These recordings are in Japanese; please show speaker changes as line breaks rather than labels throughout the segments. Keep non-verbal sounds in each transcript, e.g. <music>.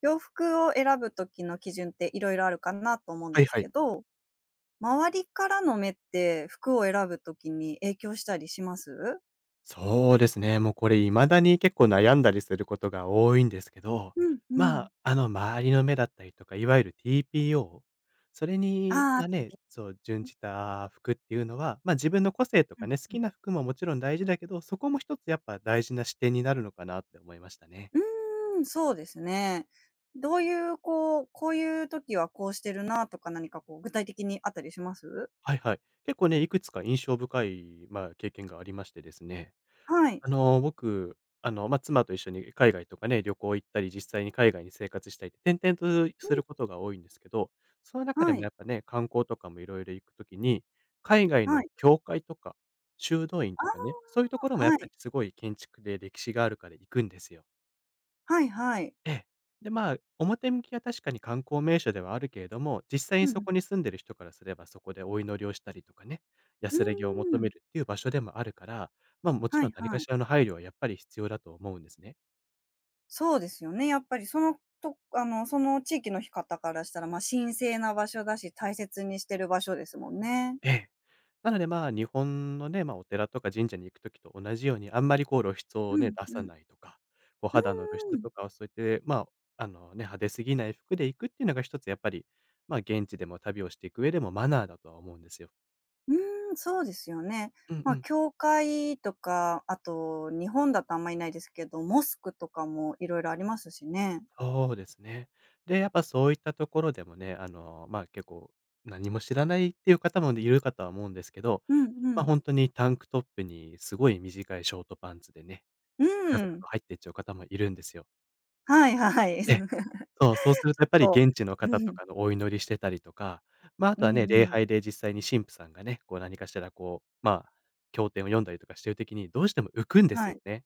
洋服を選ぶ時の基準っていろいろあるかなと思うん
は
で
い
す
は
け
い。
ど、周りからの目って服を選ぶ時に影響したりします？
そうですね。もうこれ未だに結構悩んだりすることが多いんですけど、
うんうん。
周りの目だったりとか、いわゆる TPO、それに、
ああ、
準じた服っていうのは、まあ自分の個性と
う
か
ん。
ね、好きな服ももちろん大事だけど、そこも一つやっぱ大事な視点になるのかなって思いましたね。
うーん、そうですね。どういうこう、こういう時はこうしてるなとか何かこう具体的にあったりします？
はいはい。結構ね、いくつか印象深い、まあ、経験がありましてですね。
はい。
あの、僕、あの、まあ、妻と一緒に海外とかね、旅行行ったり、実際に海外に生活したりって転々と
う
す
ん、
ることが多いんですけど、その中で
は
も
い、
やっぱね、観光とかもいろいろ行くときに、海外
は
の
い。
教会とか修道院
あ
とかね、そういうところも
あ、
やっ
は
ぱり
い。
すごい建築で歴史があるから行くんですよ。
はいはい。
ええ。で、まあ、表向きは確かに観光名所ではあるけれども、実際
う
にそ
ん。
こに住んでる人からすれば、そこでお祈りをしたりとかね、
うー
安らぎを求め
ん。
るっていう場所でもあるから、まあ、もち
は
ろ
い
ん何か
はい。
しらの配慮はやっぱり必要だと思うんですね。
そうですよね。やっぱりそのとあの、その地域の方からしたら、まあ、神聖な場所だし、大切にしてる場所ですもんね。
ええ。なので、まあ、日本のね、まあ、お寺とか神社に行くときと同じように、あんまりこう露出を
う
ね、
ん
出
う
さ
ん。
ないとか、こう
う
肌の露
んう
出
ん。
とかをそうやって、派手すぎない服で行くっていうのが一つやっぱり、まあ、現地でも旅をしていく上でもマナーだとは思うんですよ。
うーん、そうですよね。
うんう
まあ、
ん。
教会とか、あと日本だとあんまいないですけど、モスクとかもいろいろありますしね。
そうですね。で、やっぱそういったところでもね、まあ、結構何も知らないっていう方もねいるかとは思うんですけど、
うんう
まあ、
ん。
本当にタンクトップにすごい短いショートパンツでね、
う
ずカずカ
ん。
と入っていっちゃう方もいるんですよ。
はいはい。<laughs> ち
で、そうすると
ょ
やっ
っ
ぱり
と、
現地の
う
方と
ん。
かのお祈りしてたりとか、まあ、あ
う
とはね、
ん
礼
うん。
拝で実際に神父さんがね、こう何かしらこう、まあ、経典を読んだりとかしてる時にどうしても浮くんです
は
よ
い。
ね。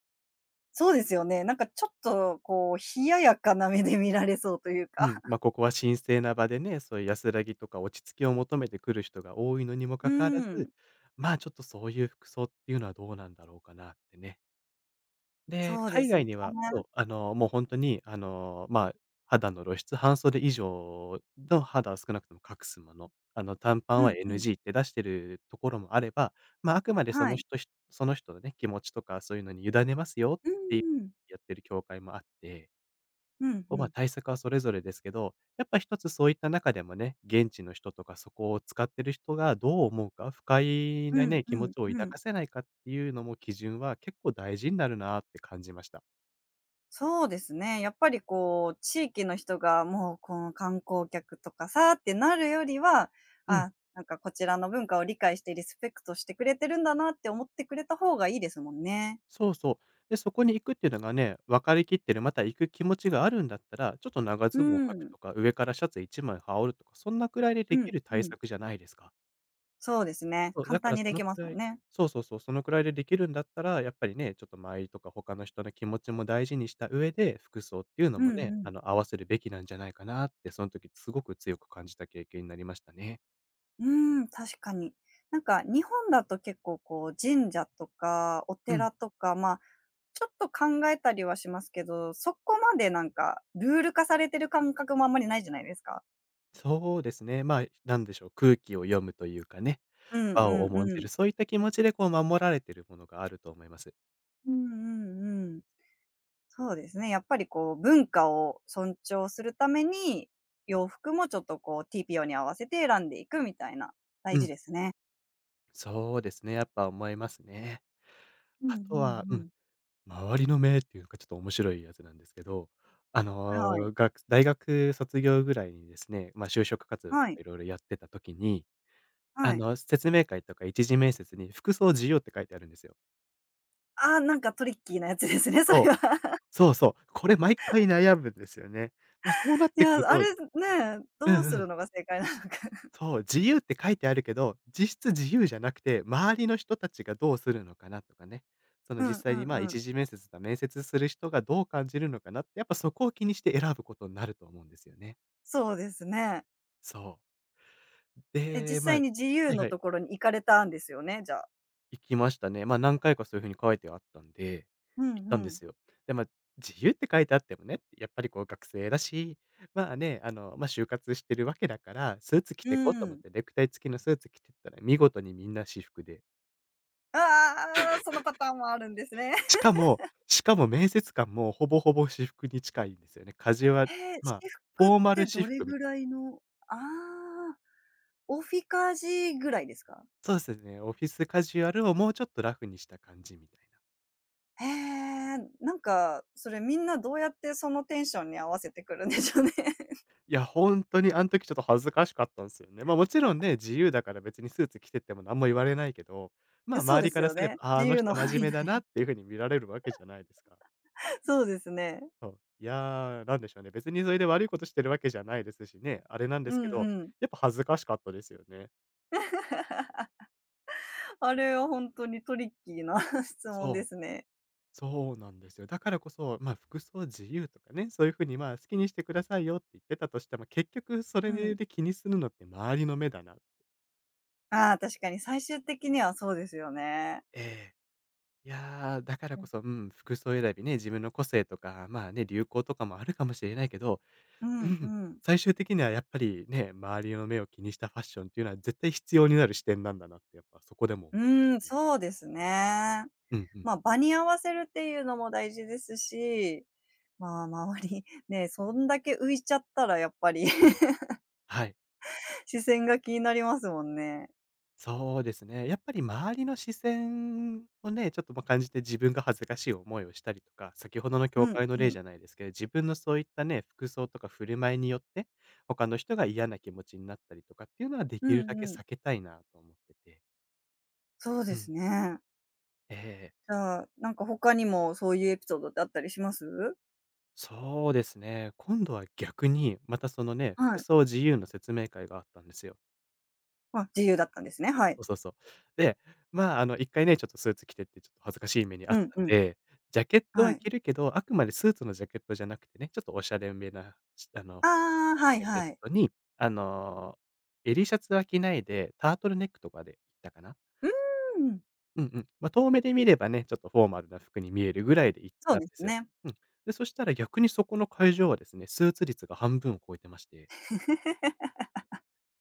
そうですよね。なんかちょっとこう冷ややかな目で見られそうという
う
か。
ん、まあ、ここは神聖な場でね、そういう安らぎとか落ち着きを求めてくる人が多いのにも
<laughs> う
かかわら
ん。
ず、ま、ちょっとそういう服装っていうのはどうなんだろうかなってね。で、
そうで
海
すね。
外にはもう本当に、まあ、肌の露出、半袖以上の肌を少なくとも隠すもの、あの、短パン
う
は
んうん。
NG って出してるところもあれば、まあ、あくまでそ
は
の
い。
人ひその人のね、気持ちとかそういうのに委ねますよっ
う
ていう
んうん。
やってる教会もあって、
うん
こ
う
う、ま、
ん。
対策はそれぞれですけど、やっぱ一つそういった中でもね、現地の人とかそこを使ってる人がどう思うか、不快
う
な
ん
ね、気
う
持
ん
ちを
う
抱
ん。
かせないかっていうのも基準は結構大事になるなって感じました。
そうですね。やっぱりこう、地域の人がもうこの観光客とかさってなるよりは、
うん、
あ、なんかこちらの文化を理解してリスペクトしてくれてるんだなって思ってくれた方がいいですもんね。
そうそう。で、そこに行くっていうのがね、分かりきってる、また行く気持ちがあるんだったら、ちょっと長
う
ズボン履く
ん。
とか、上からシャツ一枚羽織るとか、そんなくらいで
う
でき
ん
る対
うん。
策じゃないですか？
そうですね。
そう、
簡
だか
単
ら
に
そ
で
の
き
く
ますも
ら
ん
い
ね。
そうそうそう、そのくらいでできるんだったら、やっぱりね、ちょっと周りとか他の人の気持ちも大事にした上で、服装っていうの
う
も
ん
ね、
う
あ
ん。
の、合わせるべきなんじゃないかなって、その時すごく強く感じた経験になりましたね。
うん、確かに。なんか日本だと結構こう神社とかお
うん、
寺とか、まあちょっと考えたりはしますけど、そこまでなんか、ルール化されてる感覚もあんまりないじゃないですか。
そうですね。まあ、なんでしょう、空気を読むというかね、
うん
和を
うん
重ん
う
じ
ん。
る、そういった気持ちでこう守られてるものがあると思います。
うんうんうん。そうですね、やっぱりこう文化を尊重するために、洋服もちょっとこう TPO に合わせて選んでいくみたいな、大
う
事
ん、
ですね。
そうですね、やっぱ思いますね。
うんう
あとは
んう
うん、
ん。
周りの目っていうかちょっと面白いやつなんですけど、あ
はいはい。
の、大学卒業ぐらいにですね、まあ、就職活動と
はい、
かいろいろやってた時に、あ
はい。
の、説明会とか一次面接に「服装自由」って書いてあるんですよ。
ああ、なんかトリッキーなやつですね、それ
そう、
は。
そうそう、これ毎回悩むんですよね。まあ、そうなっ
<laughs> い
て
や、
くる
あ
と、
れね、
うんう
どうする
ん。
のが正解なのか。
そう、自由って書いてあるけど、実質自由じゃなくて、周りの人たちがどうするのかなとかね。そ
<laughs>
の
うん
実
う
際
ん
にまあ
うん。
一次面接だ面接する人がどう感じるのかなって、やっぱそこを気にして選ぶことになると思うんですよね。
そうですね。
そう。
え、
で、
実
まあ、
際に GU
はい
の
はい、
ところに行かれたんですよね、じゃあ。
行きましたね。まあ何回かそういう風に書いてあったんで、
うん
行った
う
んで
ん。
すよ。で、まあ自由って書いてあってもね、やっぱりこう学生だし、就活してるわけだから、スーツ着
う
てこうと思っ
ん。
て、ネクタイ付きのスーツ着てったら見事にみんな私服で、
ああああああ、そのパターンもあるんですね。
しかもしかも面接官もほぼほぼ私服に近いんですよね。カジュ
<laughs>
アル、
へえ、
ま
私
あ、フ
服っ
ォーマ
て
ル私
どれ
服み
ぐ
たいな。
らいの。ああ、オフィカジぐらいですか？
そうですね、オフィスカジュアルをもうちょっとラフにした感じみたいな。
へえ、なんか、それみんなどうやってそのテンションに合わせてくるんでしょうね。<laughs>
いや、本当にあん時ちょっと恥ずかしかったんですよね。ま、あもちろんね、自由だから別にスーツ着てっても何も言われないけど、ま、
え、
あ
そう
周
で
り
す
から
よ
すれ
ね。
ば、あーあ
自
の
由の
人真
範
面
囲
目だ
内。
なっていう風に見られるわけじゃないですか。
<laughs> そうですね。
そう。いやー、なんでしょうね、別にそれで悪いことしてるわけじゃないですしね、あれなんで
う
すけど、
んうん。
やっぱ恥ずかしかったですよね。
あれはほんとにトリッキーな <laughs> 質問で
そ
す
う。
ね。
そうなんですよ。だからこそ、まあ、服装自由とかね、そういうふうに、まあ、好きにしてくださいよって言ってたとしても、結局そ
う
れ
ん。
で気にするのって周りの目だな。
ああ、確かに最終的にはそうですよね。
ええ。いやー、だから
う
こ
ん。
そ、うん、服装選びね、自分の個性とか、まあね、流行とかもあるかもしれないけど、
う
う
んう
ん、
ん。
最終的にはやっぱりね、周りの目を気にしたファッションっていうのは絶対必要になる視点なんだなって、やっぱそこでも思いまし
ーん、
たね。
そうですね。
うんうん。
まあ、場に合わせるっていうのも大事ですし、まあ、周り、ね、そんだけ浮いちゃったらやっぱり <laughs>
はい。
視線が気になりますもんね。
そうですね。やっぱり周りの視線をね、ちょっとま、感じて自分が恥ずかしい思いをしたりとか、先ほどの
う
教
ん
会の例
うん。
じゃないですけど、自分のそういったね、服装とか振る舞いによって、他の人が嫌な気持ちになったりとかっていうのはで
う
きるだ
ん
け
うん。
避けたいなと思ってて。
そうで
う
す
ん。
ね。
ええ。
じゃあ、なんか他にもそういうエピソードってあったりします？
そうですね。今度は逆に、またそのね、
は
服
い。
装自由の説明会があったんですよ。
あ、自由だったんですね。はい。
そうそうそう。で、1回ね、ちょっとスーツ着てってちょっと恥ずかしい目にあ
う
っ
ん
た
う
ん
ん。
で、ジャケット
は
は
い。
着るけど、あくまでスーツのジャケットじゃなくてね、ちょっとおしゃれめな、あの、
ああ、はい
ジャケッ
はい。
トに、あの、襟シャツは着ないで、タートルネックとかで行ったかな。
うーん、
うんうん。まあ、遠目で見ればね、ちょっとフォーマルな服に見えるぐらいで行っ
そう
たん
で
で
す
すよ。
ね。
うん。で、そしたら逆にそこの会場はですね、スーツ率が半分を超えてまして。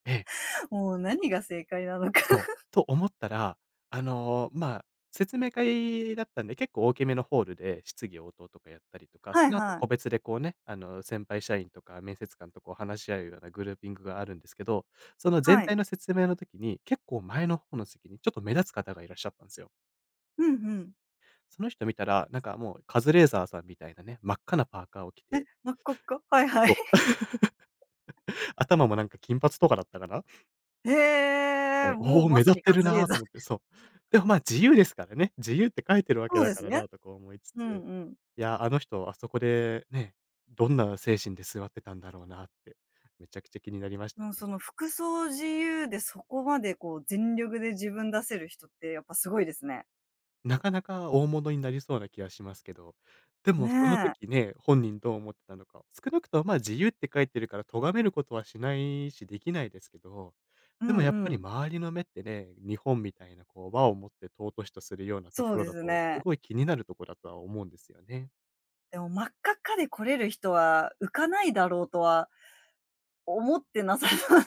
ええ。
もう何が正解なのか。
そう。
<laughs>
と思ったら、あの、まあ、説明会だったんで、結構大きめのホールで質疑応答とかやったりとか、そ
はい
の後
はい。
個別でこうね、先輩社員とか面接官とこう話し合うようなグルーピングがあるんですけど、その全
はい。
体の説明の時に、結構前の方の席にちょっと目立つ方がいらっしゃったんですよ。
うんうん。
その人見たら、なんかもうカズレーザーさんみたいなね、真っ赤なパーカーを着て、
真っ赤っか。はいはい。
そう、頭もなんか金髪とかだったかな？
<laughs> へ
だ
え、
から、
もう
おお、
ま
目
さ
立っ
に
て
カ
る
ズレー
な
ザ
と
ー。
思って、そう。でも、まあ、自由ですからね。自由って書いてるわけ
そう
だ
で
か
す
ら
ね。
なとか思いつ
うん
つ、
うん。
いや、あの人あそこでね、どんな精神で座ってたんだろうなって、めちゃくちゃ気になりまし
う
た
ん、
ね。
その服装自由でそこまでこう全力で自分出せる人ってやっぱすごいですね。
なかなか大物になりそうな気はしますけど、でもその
ねえ。
時ね、本人どう思ってたのか、少なくとも、ま、自由って書いてるから咎めることはしないし、できないですけど、
う
で
ん
もや
う
っぱり
ん。
周りの目ってね、日本みたいなこう、和を持って尊しとするようなと
そう
ころ
で
だ
す
と、す
ね。
ごい気になるところだとは思うんですよね。
でも真っ赤っかで来れる人は浮かないだろうとは思ってなさそう。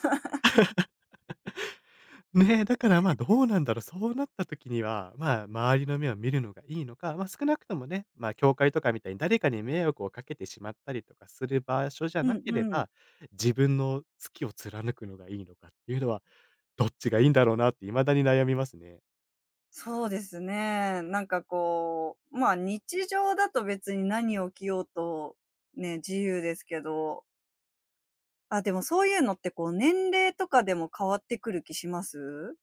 ねえ、だから、ま、どうなんだろう、そうなった時には、まあ、周りの目を見るのがいいのか、ま、少なくともね、ま、教会とかみたいに誰かに迷惑をかけてしまったりとかする場所じ
<laughs>
ゃ
う
な
ん
けれ
うん。
ば、自分の好きを貫くのがいいのかっていうのは、どっちがいいんだろうなって未だに悩みますね。
そうですね。なんかこう、まあ、日常だと別に何を着ようとね、自由ですけど、あ、でもそういうのってこう年齢とかでも変わってくる気します？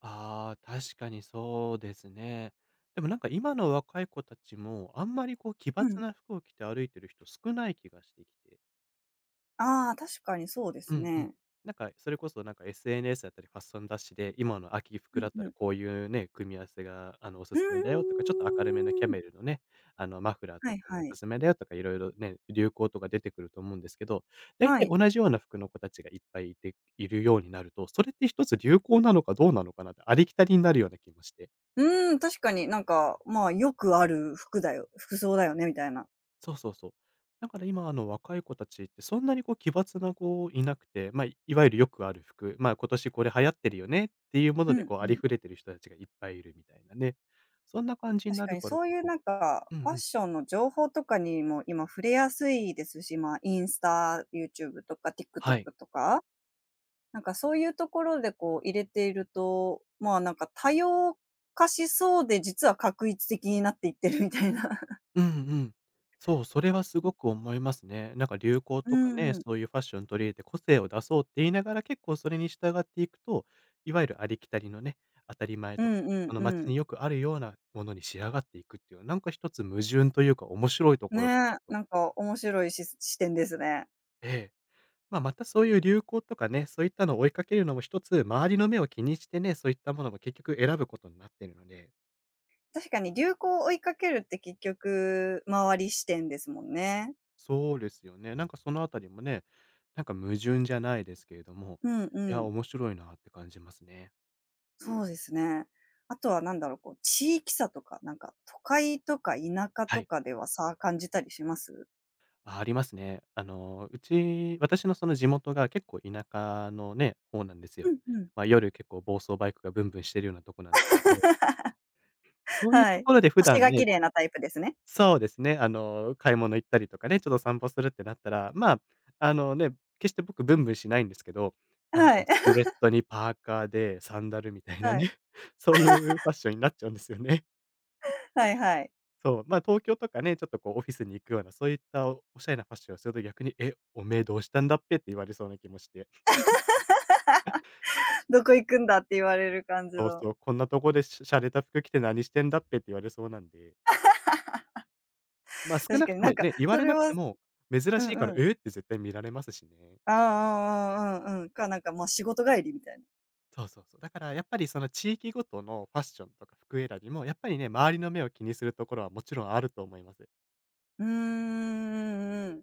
ああ、確かにそうですね。でもなんか今の若い子たちも、あんまりこう奇
う
抜
ん。
な服を着て歩いてる人少ない気がしてきて。
ああ、確かにそうで
う
す
んうん。
ね。
なんか、それこそなんか SNS だったりファッション雑誌で、今の秋
う
服だっ
ん
た
う
ら
ん。
こういうね、組み合わせが、おす
う
すめだよとか、ちょっと明るめのキャ
ーん。
メルのね、マフラー
は
と
い
かも
は
お
い。
すすめだよとか、いろいろね、流行とか出てくると思うんですけど、だい
は
たい
い。
同じような服の子たちがいっぱいいているようになると、それって一つ流行なのかどうなのかなって、ありきたりになるような気もして。
うーん、確かになんか、まあ、よくある服だよ服装だよねみたいな。
そうそうそう。だから今、若い子たちってそんなにこう奇抜な子いなくて、まあ、いいわゆるよくある服、まあ、今年これ流行ってるよねっていうも
う
ので
ん
こう
う
あり
ん。
ふれてる人たちがいっぱいいるみたいなね。そんな感じに
確
な
か
る
に
から
そ
こ
ういう
そ
なんか、
うんう
ファッ
ん。
ションの情報とかにも今触れやすいですし、まあ、インスタ、YouTube とか TikTok
はい。
とか、なんかそういうところでこう入れていると、まあ、なんか多様化しそうで、実は画一的になっていってるみたいな。
うんうん。そう、それはすごく思いますね。なんか流行
<laughs> う
とかね、
んうん。
そういうファッション取り入れて個性を出そうって言いながら、結構それに従っていくと、いわゆるありきたりのね、当たり前
う
とか、
んうん
その
う
街
ん。
によくあるようなものに仕上がっていくっていう、なんか一つ矛盾というか面白いとこ
ね
ろだな
え、
と。
なんか面白いし視点ですね。
ええ。まあ、またそういう流行とかね、そういったのを追いかけるのも一つ、周りの目を気にしてね、そういったものも結局選ぶことになってるので
確かに流行を追いかけるって結局周り視点ですもんね。
そうですよね。なんかそのあたりもね、なんか矛盾じゃないですけれども、
うんう
いや、
ん。
面白いなって感じますね。
そうですね。あとはなんだろう、こう、地域差とか、なんか、都会とか田舎
は
と
い。
かでは差感じたりします？
あ、ありますね。うち、私のその地元が結構田舎のね、方なんです
う
よ。
んうん。
まあ、夜結構暴走バイクがブンブンしてるようなとこなんですけど、
<laughs>
そういう
は
と
い。
ころで普
星
段
が綺
ね
麗なタイプですね。
そうですね。買い物行ったりとかね、ちょっと散歩するってなったら、まあ、あのね、決して僕ブンブンしないんですけど、
はい。
スウェ
<laughs>
ットにパーカーでサンダルみたいな
はい。
ね、<laughs> そういうファッションになっちゃうんですよね。<laughs>
はいはい。
そう、まあ、東京とかね、ちょっとこうオフィスに行くような、そういったおおしゃれなファッションをすると逆に、え、おめえどうしたんだっぺって言われそうな気もして、
どこ行くんだって言われる感じ
そう
の。
そう、こんなとこでしャレた服着て何してんだっぺって言われそうなんで、まあ、少
確
な
か
く
に
と
な
も
んか、
ね、言わ
そ
れ
れ
なく
は。
ても、珍
う
しいか
ん
ら、
うん。
ええって絶対見られますしね。
ああ、うんうんうんか、なんか、ま、仕事帰りみたいな。
そうそうそう。だからやっぱりその地域ごとのファッションとか服選びも、やっぱりね、周りの目を気にするところはもちろんあると思います。
うーん、うんうんうん。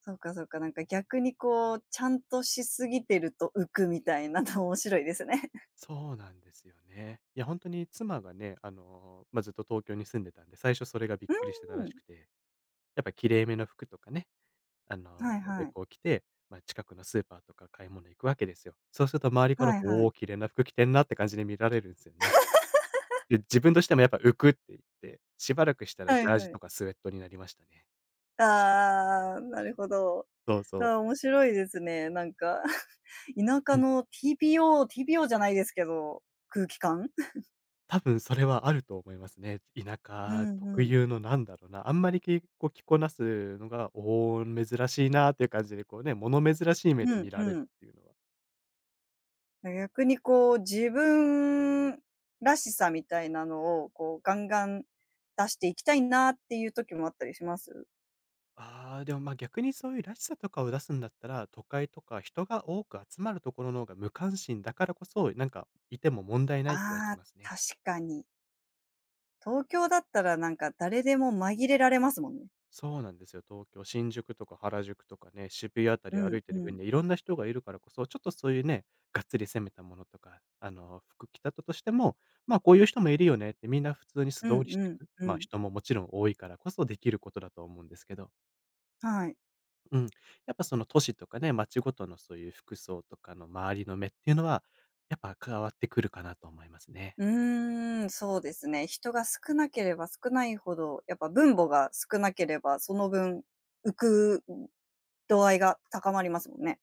そうかそうか、なんか逆にこう、ちゃんとしすぎてると浮くみたいなの面白いですね。
そうなんですよね。いや、本当に妻がね、ずっと東京に住んでたんで、最初それが
<laughs>
びっくりしてた
う
ら
ん。
しくて、やっぱ綺麗めの服とかね、
はいはい。
こう着て、まあ、近くのスーパーとか買い物行くわけですよ。そうすると周りから
はいは
「お
い。
お、綺麗な服着てんな」って感じで見られるんですよね。で、自分としてもやっぱ浮くって言って、しばらくしたらジ
はい
ャージ
はい。
とかスウェットになりましたね。
ああ、なるほど。
そう
あ
そう。
ー面白いですね、なんか <laughs>。田舎
うん。
の TPO、TPO じゃないですけど、空気感
多分それはあると思いますね。田
<laughs>？う
舎
ん
特
うん。
有のなんだろうな、あんまりきこう着こなすのが、おお、珍しいなっていう感じで、こうね、物珍しい目
う
で
ん
見られ
う
る
ん。
っていうのは。
逆にこう、自分らしさみたいなのを、こう、ガンガン出していきたいなっていう時もあったりします？
ああ、でも、ま、逆にそういうらしさとかを出すんだったら、都会とか人が多く集まるところの方が無関心だからこそ、なんかいても問題な
あ
い気がし
あ、
ますね。
確かに。東京だったらなんか誰でも紛れられますもんね。
そうなんですよ。東京、新宿とか原宿とかね、渋谷あた
う
り
ん
歩いてる
うん。
分でいろんな人がいるからこそ、ちょっとそういうね、がっつり攻めたものとか、服着たとしても、まあ、こういう人もいるよねって、みんな普通に素
う
通
ん
りし
う
てい
ん
く。
う
まあ、
ん。
人ももちろん多いからこそできることだと思うんですけど、
はい。
うん。やっぱその都市とかね、街ごとのそういう服装とかの周りの目っていうのは、やっぱ変わってくるかなと思いますね。
うーん、そうですね。人が少なければ少ないほど、やっぱ分母が少なければ、その分、浮く度合いが高まりますもんね。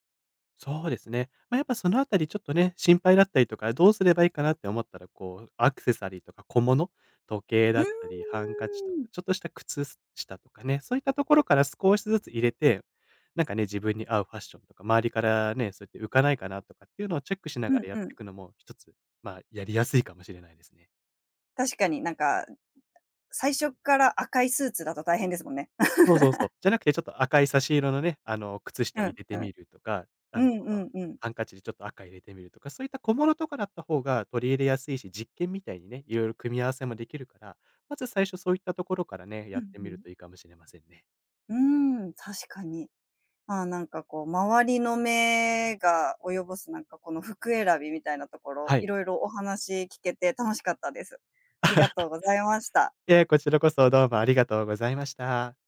そうですね。まあ、やっぱそのあたりちょっとね、心配だったりとか、どうすればいいかなって思ったら、こう、アクセサリーとか小物、時計
うー
だった
ん。
り、ハンカチとか、ちょっとした靴下とかね、そういったところから少しずつ入れて、なんかね、自分に合うファッションとか、周りからね、そうやって浮かないかなとかっていうのをチェックしな
う
が
ん
らやっ
う
てい
ん。
くのも、一つ、まあ、やりやすいかもしれないですね。
確かになんか、最初から赤いスーツだと大変ですもんね。<laughs>
そうそうそう。じゃなくてちょっと赤い差し色のね、靴
う
下入
ん
れて
う
み
ん。
るとか、あ
う
の、
んうんうん。
ハンカチでちょっと赤入れてみるとか、そういった小物とかだった方が取り入れやすいし、実験みたいにね、いろいろ組み合わせもできるから、まず最初そういったところからね、
う
や
ん
って
う
みる
ん。
といいかもしれませんね。
うーん、確かに。まあ、なんかこう、周りの目が及ぼすなんかこの服選びみたいなところ、
は
い
い。
ろいろお話聞けて楽しかったです。ありがとうございました。
こちらこそどうもありがとうございました。